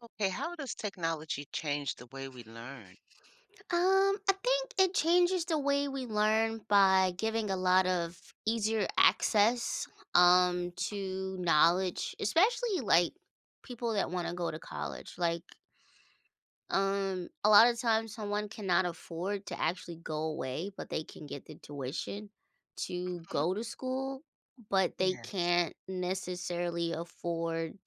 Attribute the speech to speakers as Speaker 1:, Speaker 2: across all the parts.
Speaker 1: Okay, how does technology change the way we learn?
Speaker 2: I think it changes the way we learn by giving a lot of easier access to knowledge, especially like people that want to go to college. A lot of times someone cannot afford to actually go away, but they can get the tuition to
Speaker 1: Mhm.
Speaker 2: go to school, but they
Speaker 1: Yeah,
Speaker 2: can't necessarily afford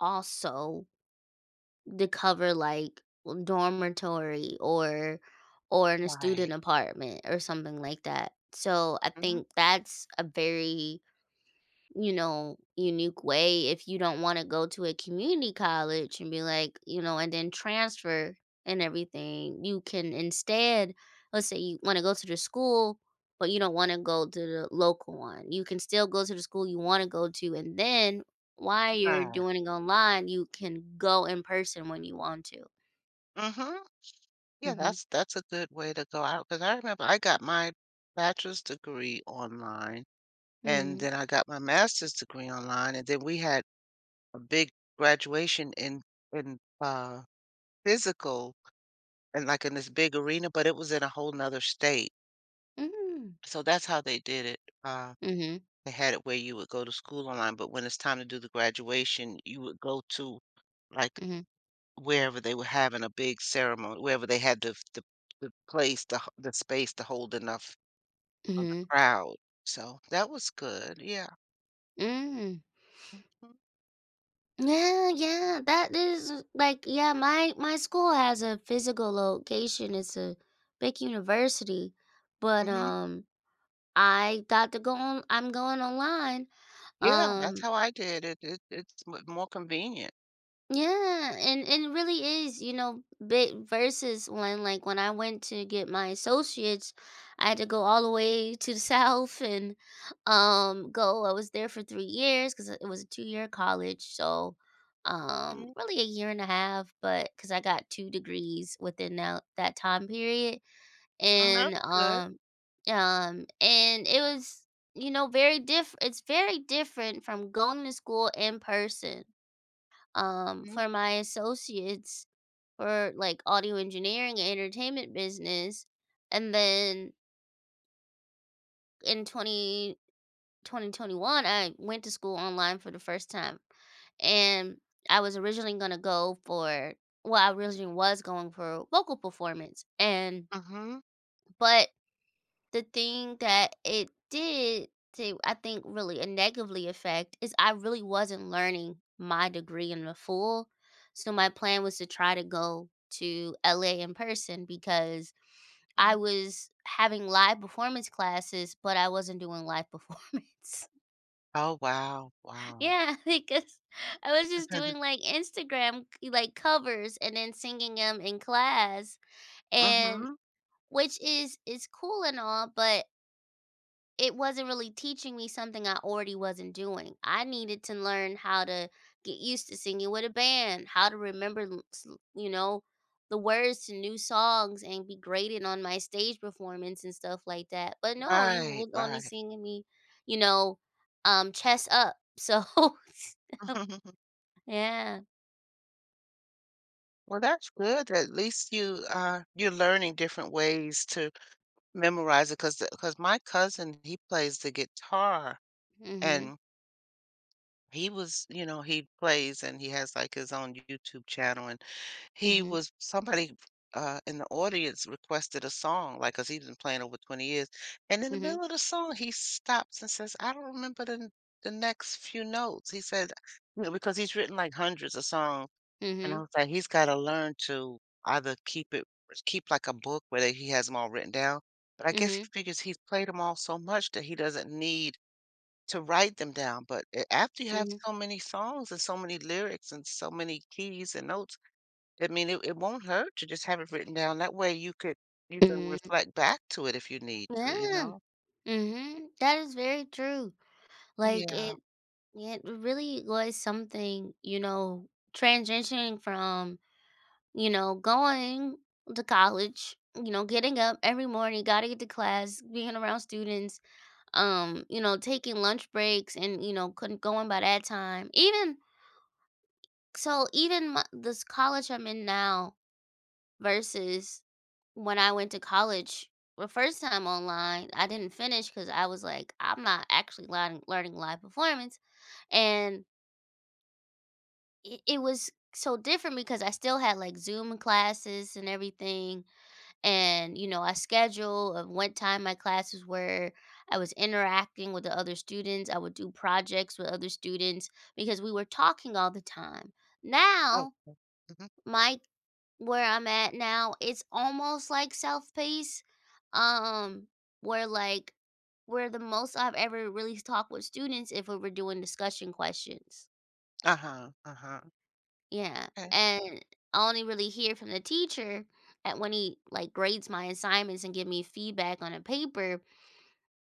Speaker 2: also to cover like a dormitory or in a
Speaker 1: right.
Speaker 2: student apartment or something like that. So I
Speaker 1: Mhm,
Speaker 2: think that's a very, unique way if you don't want to go to a community college and be like, and then transfer and everything. You can instead, let's say you want to go to the school, but you don't want to go to the local one. You can still go to the school you want to go to. And then while you're
Speaker 1: right.
Speaker 2: doing it online, you can go in person when you want to.
Speaker 1: Mhm. Yeah,
Speaker 2: Mm-hmm.
Speaker 1: that's a good way to go out because I remember I got my bachelor's degree online, and
Speaker 2: Mm-hmm.
Speaker 1: then I got my master's degree online, and then we had a big graduation in physical and, like, in this big arena, but it was in a whole 'nother state. So that's how they did it.
Speaker 2: Mm-hmm. Mm-hmm.
Speaker 1: They had it where you would go to school online, but when it's time to do the graduation, you would go to, like,
Speaker 2: Mm-hmm.
Speaker 1: wherever they were having a big ceremony, wherever they had the the place, the space to hold enough of the
Speaker 2: Mm-hmm.
Speaker 1: crowd. So, that was good, yeah.
Speaker 2: Mm-hmm.
Speaker 1: Mm,
Speaker 2: Yeah, yeah, that is like, yeah, my school has a physical location. It's a big university, but
Speaker 1: mhm.
Speaker 2: I got to go on I'm going online.
Speaker 1: Yeah, that's
Speaker 2: Um
Speaker 1: how I did it. It it's m more convenient.
Speaker 2: Yeah, and it really is, you know, big versus when, like, when I went to get my associates, I had to go all the way to the south and go. I was there for 3 years because it was a 2-year college, so
Speaker 1: Mhm,
Speaker 2: really a year and a half, but because I got two degrees within that time period,
Speaker 1: mm, that's
Speaker 2: and
Speaker 1: good.
Speaker 2: um um and it was, you know, very different. It's very different from going to school in person,
Speaker 1: Mm,
Speaker 2: for my associates, for like audio engineering and entertainment business. And then in twenty twenty one, I went to school online for the first time. And I was originally going to go for, well, I originally was going for vocal performance. And,
Speaker 1: mhm,
Speaker 2: but the thing that it did to, I think, really a negatively affect is I really wasn't learning my degree in the full. So my plan was to try to go to LA in person because
Speaker 1: mhm.
Speaker 2: I was having live performance classes, but I wasn't doing live performance.
Speaker 1: Oh, wow, wow.
Speaker 2: Yeah, because I was just doing like Instagram like covers and then singing them in class and
Speaker 1: Mhm.
Speaker 2: which is cool and all, but it wasn't really teaching me something I already wasn't doing. I needed to learn how to get used to singing with a band, how to remember, you know, the words to new songs and be graded on my stage performance and stuff like that. But no, you
Speaker 1: Right,
Speaker 2: was only
Speaker 1: right.
Speaker 2: singing me, you know, chest up. So yeah.
Speaker 1: Well, that's good. At least you're learning different ways to memorize it because my cousin he plays the guitar
Speaker 2: mm
Speaker 1: and he was you know he plays and he has like his own YouTube channel and he
Speaker 2: Mhm.
Speaker 1: was somebody in the audience requested a song like because he's been playing over 20 years and in the
Speaker 2: mm
Speaker 1: middle of the song he stops and says I don't remember the next few notes he said you know, because he's written like hundreds of songs and I
Speaker 2: Mhm.
Speaker 1: was like, he's gotta learn to either keep like a book where that he has them all written down, but I
Speaker 2: mm
Speaker 1: guess he
Speaker 2: Mhm.
Speaker 1: figures he's played them all so much that he doesn't need to write them down, but a after you
Speaker 2: mm
Speaker 1: have
Speaker 2: Mhm.
Speaker 1: so many songs and so many lyrics and so many keys and notes, I mean, it won't hurt to just have it written down. That way you
Speaker 2: mm Mhm.
Speaker 1: can
Speaker 2: mm mhm.
Speaker 1: reflect back to it if you need
Speaker 2: Yeah.
Speaker 1: to, you
Speaker 2: Mm-hmm.
Speaker 1: know?
Speaker 2: Mhm. That is very true. Like
Speaker 1: Yeah.
Speaker 2: it. Yeah, it really was something, you know, transitioning from, you know, going to college, you know, getting up every morning, got to get to class, being around students, you know, taking lunch breaks and, you know, couldn't going by that time. Even so, even my, this college I'm in now versus when I went to college the first time online, I didn't finish because I was like, I'm not actually learning, learning live performance. And it was so different because I still had like Zoom classes and everything. And, you know, I schedule of what time my classes were. I was interacting with the other students. I would do projects with other students because we were talking all the time.
Speaker 1: Oh,
Speaker 2: Now,
Speaker 1: mhm.
Speaker 2: my where I'm at now, it's almost like self-paced. Um, where like where the most I've ever really talked with students if we were doing discussion questions.
Speaker 1: Uh-huh, uh-huh.
Speaker 2: Yeah,
Speaker 1: Okay.
Speaker 2: and I only really hear from the teacher at when he, like, grades my assignments and give me feedback on a paper,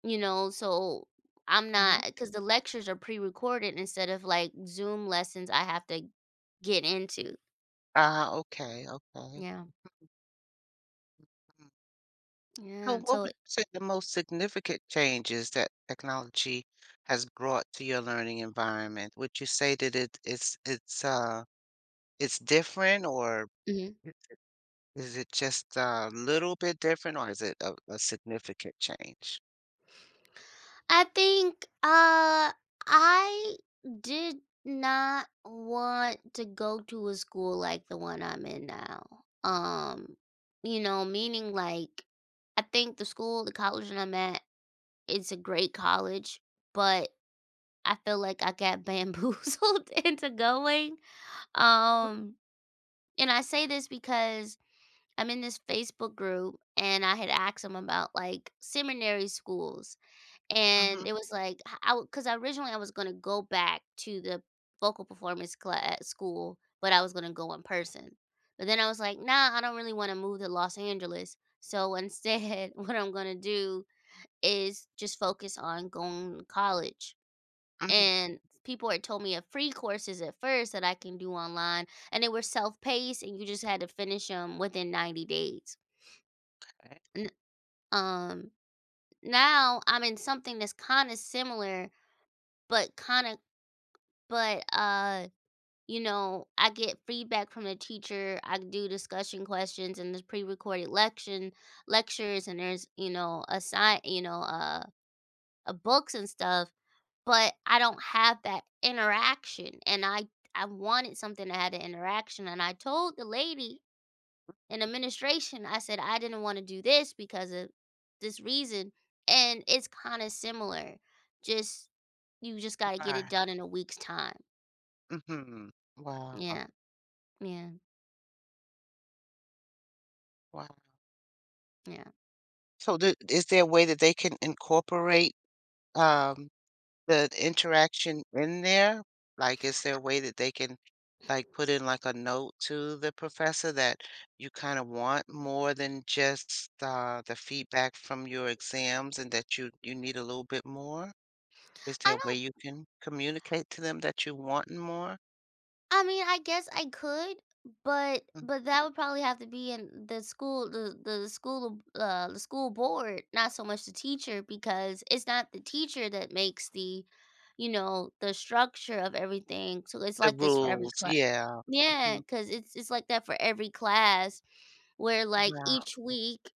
Speaker 2: you know, so I'm not
Speaker 1: Mhm.
Speaker 2: not because the lectures are pre-recorded instead of, like, Zoom lessons I have to get into.
Speaker 1: Ah, okay, okay.
Speaker 2: Yeah.
Speaker 1: Mm. So
Speaker 2: Yeah,
Speaker 1: what
Speaker 2: so.
Speaker 1: would you say the most significant changes that technology has brought to your learning environment? Would you say that it it's different or
Speaker 2: Mhm.
Speaker 1: is it just a little bit different or is it a significant change?
Speaker 2: I think I did not want to go to a school like the one I'm in now. Um, you know, meaning like I think the school, the college that I'm at, it's a great college, but I feel like I got bamboozled into going. Um, and I say this because I'm in this Facebook group and I had asked them about like seminary schools
Speaker 1: Mm-hmm.
Speaker 2: and it was like h I w 'cause originally I was gonna go back to the vocal performance class at school, but I was gonna go in person. But then I was like, "Nah, I don't really wanna move to Los Angeles." So instead, what I'm gonna do is just focus on going to college.
Speaker 1: Mm-hmm.
Speaker 2: And people had told me of free courses at first that I can do online, and they were self-paced, and you just had to finish them within 90 days. N um, now I'm in something that's kinda similar, but kinda but you know, I get feedback from the teacher, I do discussion questions and there's pre-recorded lection lectures, and there's, you know, a sign, you know, books and stuff, but I don't have that interaction, and i wanted something that had an interaction, and I told the lady in administration, I said I didn't want to do this because of this reason, and it's kind of similar. Just you just got to get it
Speaker 1: Right.
Speaker 2: done in a week's time.
Speaker 1: Mm-hmm. Wow.
Speaker 2: Yeah. Yeah.
Speaker 1: Wow.
Speaker 2: Yeah.
Speaker 1: So th is there a way that they can incorporate um the interaction in there? Like, is there a way that they can, like, put in, like, a note to the professor that you kinda want more than just, the feedback from your exams and that you need a little bit more? Is
Speaker 2: I
Speaker 1: there a way
Speaker 2: don't
Speaker 1: you can communicate to them that you want more?
Speaker 2: I mean, I guess I could, but
Speaker 1: Mm.
Speaker 2: that would probably have to be in the school, the school board, not so much the teacher because it's not the teacher that makes the, you know, the structure of everything. So it's
Speaker 1: The
Speaker 2: like this for every
Speaker 1: rules,
Speaker 2: club.
Speaker 1: yeah.
Speaker 2: Yeah,
Speaker 1: Mhm.
Speaker 2: cuz it's like that for every class where, like,
Speaker 1: Wow.
Speaker 2: each week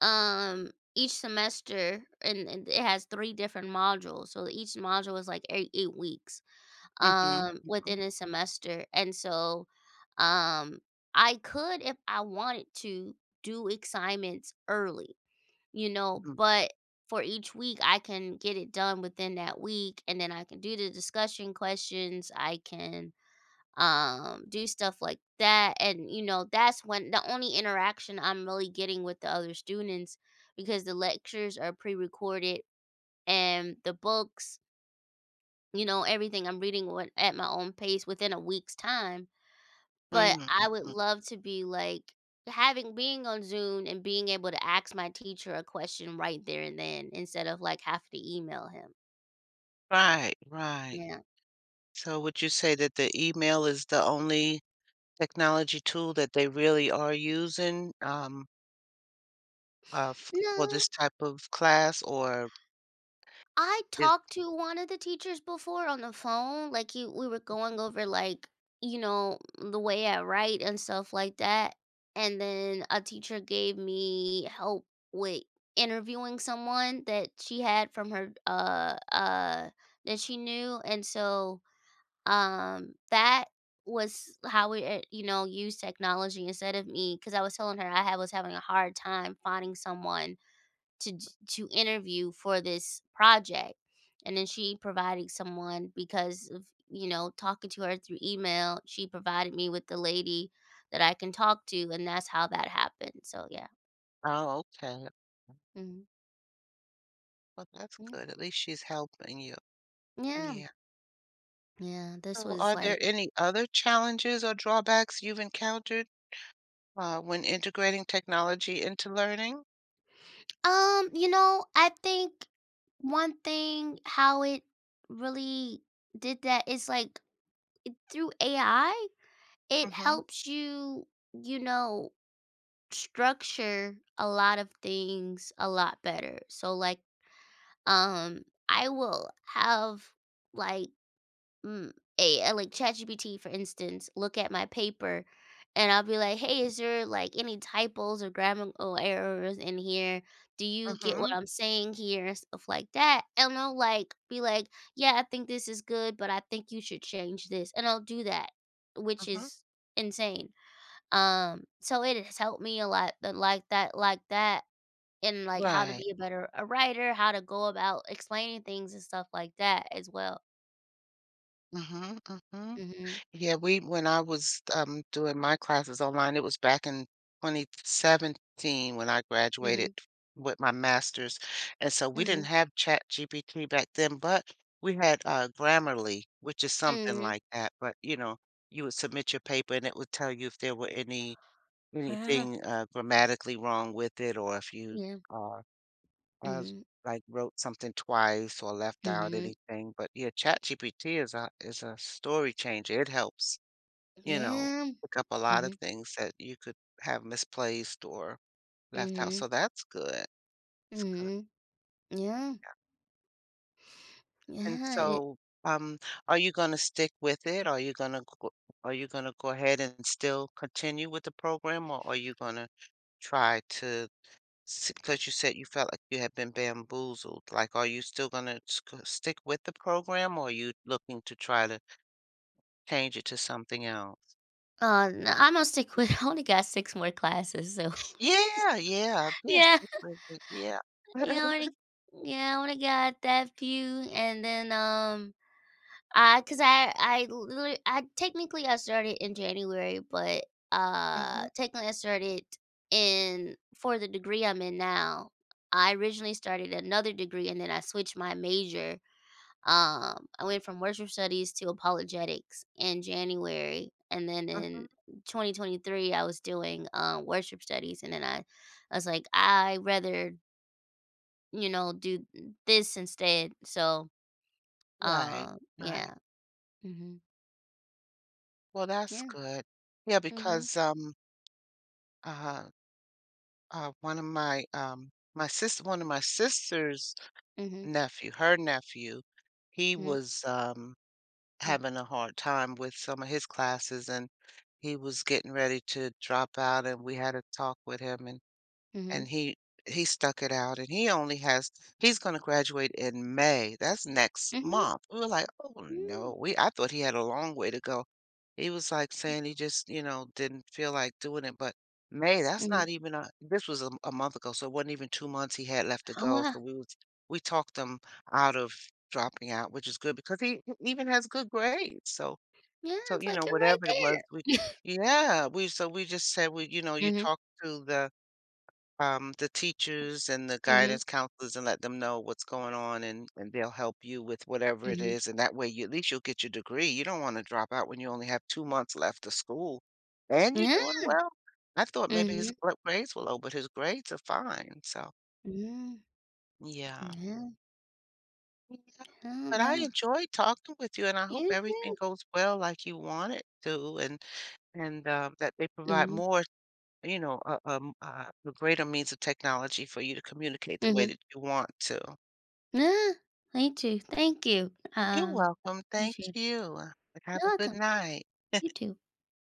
Speaker 2: um each semester, and it has three different modules. So each module is like 8 weeks
Speaker 1: Mhm, mhm,
Speaker 2: within a semester, and so um I could if I wanted to do assignments early, you know,
Speaker 1: mhm,
Speaker 2: but for each week I can get it done within that week, and then I can do the discussion questions, I can do stuff like that, and, you know, that's when the only interaction I'm really getting with the other students, because the lectures are pre-recorded and the books, you know, everything I'm reading what at my own pace within a week's time. But
Speaker 1: mhm,
Speaker 2: I would
Speaker 1: mhm.
Speaker 2: love to be like having being on Zoom and being able to ask my teacher a question right there and then instead of like have to email him.
Speaker 1: Right, right.
Speaker 2: Yeah.
Speaker 1: So would you say that the email is the only technology tool that they really are using, f for
Speaker 2: No.
Speaker 1: this type of class, or
Speaker 2: I
Speaker 1: is
Speaker 2: talked to one of the teachers before on the phone. Like, he, we were going over like, you know, the way I write and stuff like that. And then a teacher gave me help with interviewing someone that she had from her that she knew, and so that was how we, you know, used technology instead of me, because I was telling her I had was having a hard time finding someone to to interview for this project, and then she provided someone because of, you know, talking to her through email, she provided me with the lady that I can talk to, and that's how that happened, so yeah.
Speaker 1: Oh, okay.
Speaker 2: Hmm.
Speaker 1: Well, that's
Speaker 2: Yeah.
Speaker 1: good. At least she's helping you.
Speaker 2: Yeah.
Speaker 1: Yeah.
Speaker 2: Yeah, this
Speaker 1: So
Speaker 2: was
Speaker 1: are there
Speaker 2: like,
Speaker 1: any other challenges or drawbacks you've encountered? When integrating technology into learning?
Speaker 2: you know, I think one thing how it really did that is like through AI, it
Speaker 1: Mhm,
Speaker 2: helps you, you know, structure a lot of things a lot better. So like, um I will have like mm, a like ChatGPT for instance look at my paper, and I'll be like, "Hey, is there like any typos or grammar errors in here? Do you get what
Speaker 1: mhm,
Speaker 2: I'm saying here and stuff like that?" And I'll like be like, "Yeah, I think this is good, but I think you should change this." And I'll do that, which
Speaker 1: mhm.
Speaker 2: is insane. So it has helped me a lot, but like that, and like how to
Speaker 1: Right.
Speaker 2: be a better a writer, how to go about explaining things and stuff like that as well.
Speaker 1: Mhm, mhm.
Speaker 2: Mhm.
Speaker 1: Yeah, we when I was, doing my classes online, it was back in 2017 when I graduated
Speaker 2: Mhm.
Speaker 1: with my master's, and so we didn't
Speaker 2: Mhm.
Speaker 1: have ChatGPT back then, but we had, Grammarly, which is something
Speaker 2: Mhm.
Speaker 1: like that, but, you know, you would submit your paper, and it would tell you if there were any
Speaker 2: Yeah.
Speaker 1: anything, grammatically wrong with it or if you,
Speaker 2: Yeah.
Speaker 1: uh Uh,
Speaker 2: Mhm.
Speaker 1: like wrote something twice or left out
Speaker 2: Mhm.
Speaker 1: anything, but yeah, ChatGPT is a story changer. It helps, you know,
Speaker 2: Yeah.
Speaker 1: pick up a lot of
Speaker 2: Mhm.
Speaker 1: things that you could have misplaced or left out.
Speaker 2: Mhm.
Speaker 1: So that's good. It's good.
Speaker 2: Mhm.
Speaker 1: Oh,
Speaker 2: Yeah.
Speaker 1: yeah. And
Speaker 2: Yeah. It,
Speaker 1: so, um, are you going to stick with it? Are you going to are you going to go ahead and still continue with the program, or are you going to try to because you said you felt like you had been bamboozled, like, are you still gonna stick with the program, or are you looking to try to change it to something else?
Speaker 2: no, I'm gonna stick with. I only got six more classes, so
Speaker 1: Yeah, yeah, yes,
Speaker 2: yeah.
Speaker 1: stick with it, yeah.
Speaker 2: Yeah. I only, yeah. I only got that few, and then. Cause I literally I technically I started in January, but,
Speaker 1: Mhm,
Speaker 2: technically I started in for the degree I'm in now. I originally started another degree and then I switched my major. I went from worship studies to apologetics in January, and then in
Speaker 1: mhm,
Speaker 2: 2023, I was doing, worship studies, and then I was like, "I rather, you know, do this instead." So,
Speaker 1: right, right.
Speaker 2: yeah. Mhm.
Speaker 1: Well, that's
Speaker 2: Yeah.
Speaker 1: good. Yeah,
Speaker 2: Mhm.
Speaker 1: because, uh, one of one of my sister's
Speaker 2: Mhm,
Speaker 1: nephew her nephew, he
Speaker 2: mhm,
Speaker 1: was,
Speaker 2: mm,
Speaker 1: having a hard time with some of his classes and he was getting ready to drop out and we had a talk with him and
Speaker 2: mhm,
Speaker 1: and he stuck it out, and he only has he's gonna graduate in May. That's next
Speaker 2: mhm,
Speaker 1: month. We were like, "Oh,
Speaker 2: mm,
Speaker 1: no." We I thought he had a long way to go. He was, like, saying he just, you know, didn't feel like doing it, but May, that's
Speaker 2: mhm.
Speaker 1: not even a this was a month ago, so it wasn't even 2 months he had left to
Speaker 2: Oh,
Speaker 1: go,
Speaker 2: wow.
Speaker 1: so we talked him out of dropping out, which is good because he even has good grades, so
Speaker 2: Yeah,
Speaker 1: so,
Speaker 2: it's
Speaker 1: you
Speaker 2: like
Speaker 1: know,
Speaker 2: you're right
Speaker 1: whatever it was, we
Speaker 2: there.
Speaker 1: yeah, we so we just said, "We, you know, you
Speaker 2: Mhm,
Speaker 1: talk to the teachers and the
Speaker 2: mhm,
Speaker 1: guidance counselors and let them know what's going on and they'll help you with whatever it
Speaker 2: mhm.
Speaker 1: is. And that way you at least you'll get your degree. You don't want to drop out when you only have 2 months left of school and you're
Speaker 2: Yeah.
Speaker 1: doing well. I thought maybe his
Speaker 2: Mhm,
Speaker 1: grades were low, but his grades are fine. So
Speaker 2: mm,
Speaker 1: yeah.
Speaker 2: yeah,
Speaker 1: Yeah.
Speaker 2: yeah,
Speaker 1: But I
Speaker 2: no.
Speaker 1: enjoyed talking with you and I hope
Speaker 2: You
Speaker 1: everything
Speaker 2: too.
Speaker 1: goes well like you want it to and that they provide
Speaker 2: Mhm,
Speaker 1: more you know, a, a greater means of technology for you to communicate the way
Speaker 2: mhm.
Speaker 1: that you want to.
Speaker 2: Yeah, me too. Thank you.
Speaker 1: You're welcome. Thank
Speaker 2: Appreciate it.
Speaker 1: you. Have
Speaker 2: You're
Speaker 1: a good
Speaker 2: welcome.
Speaker 1: night.
Speaker 2: You too.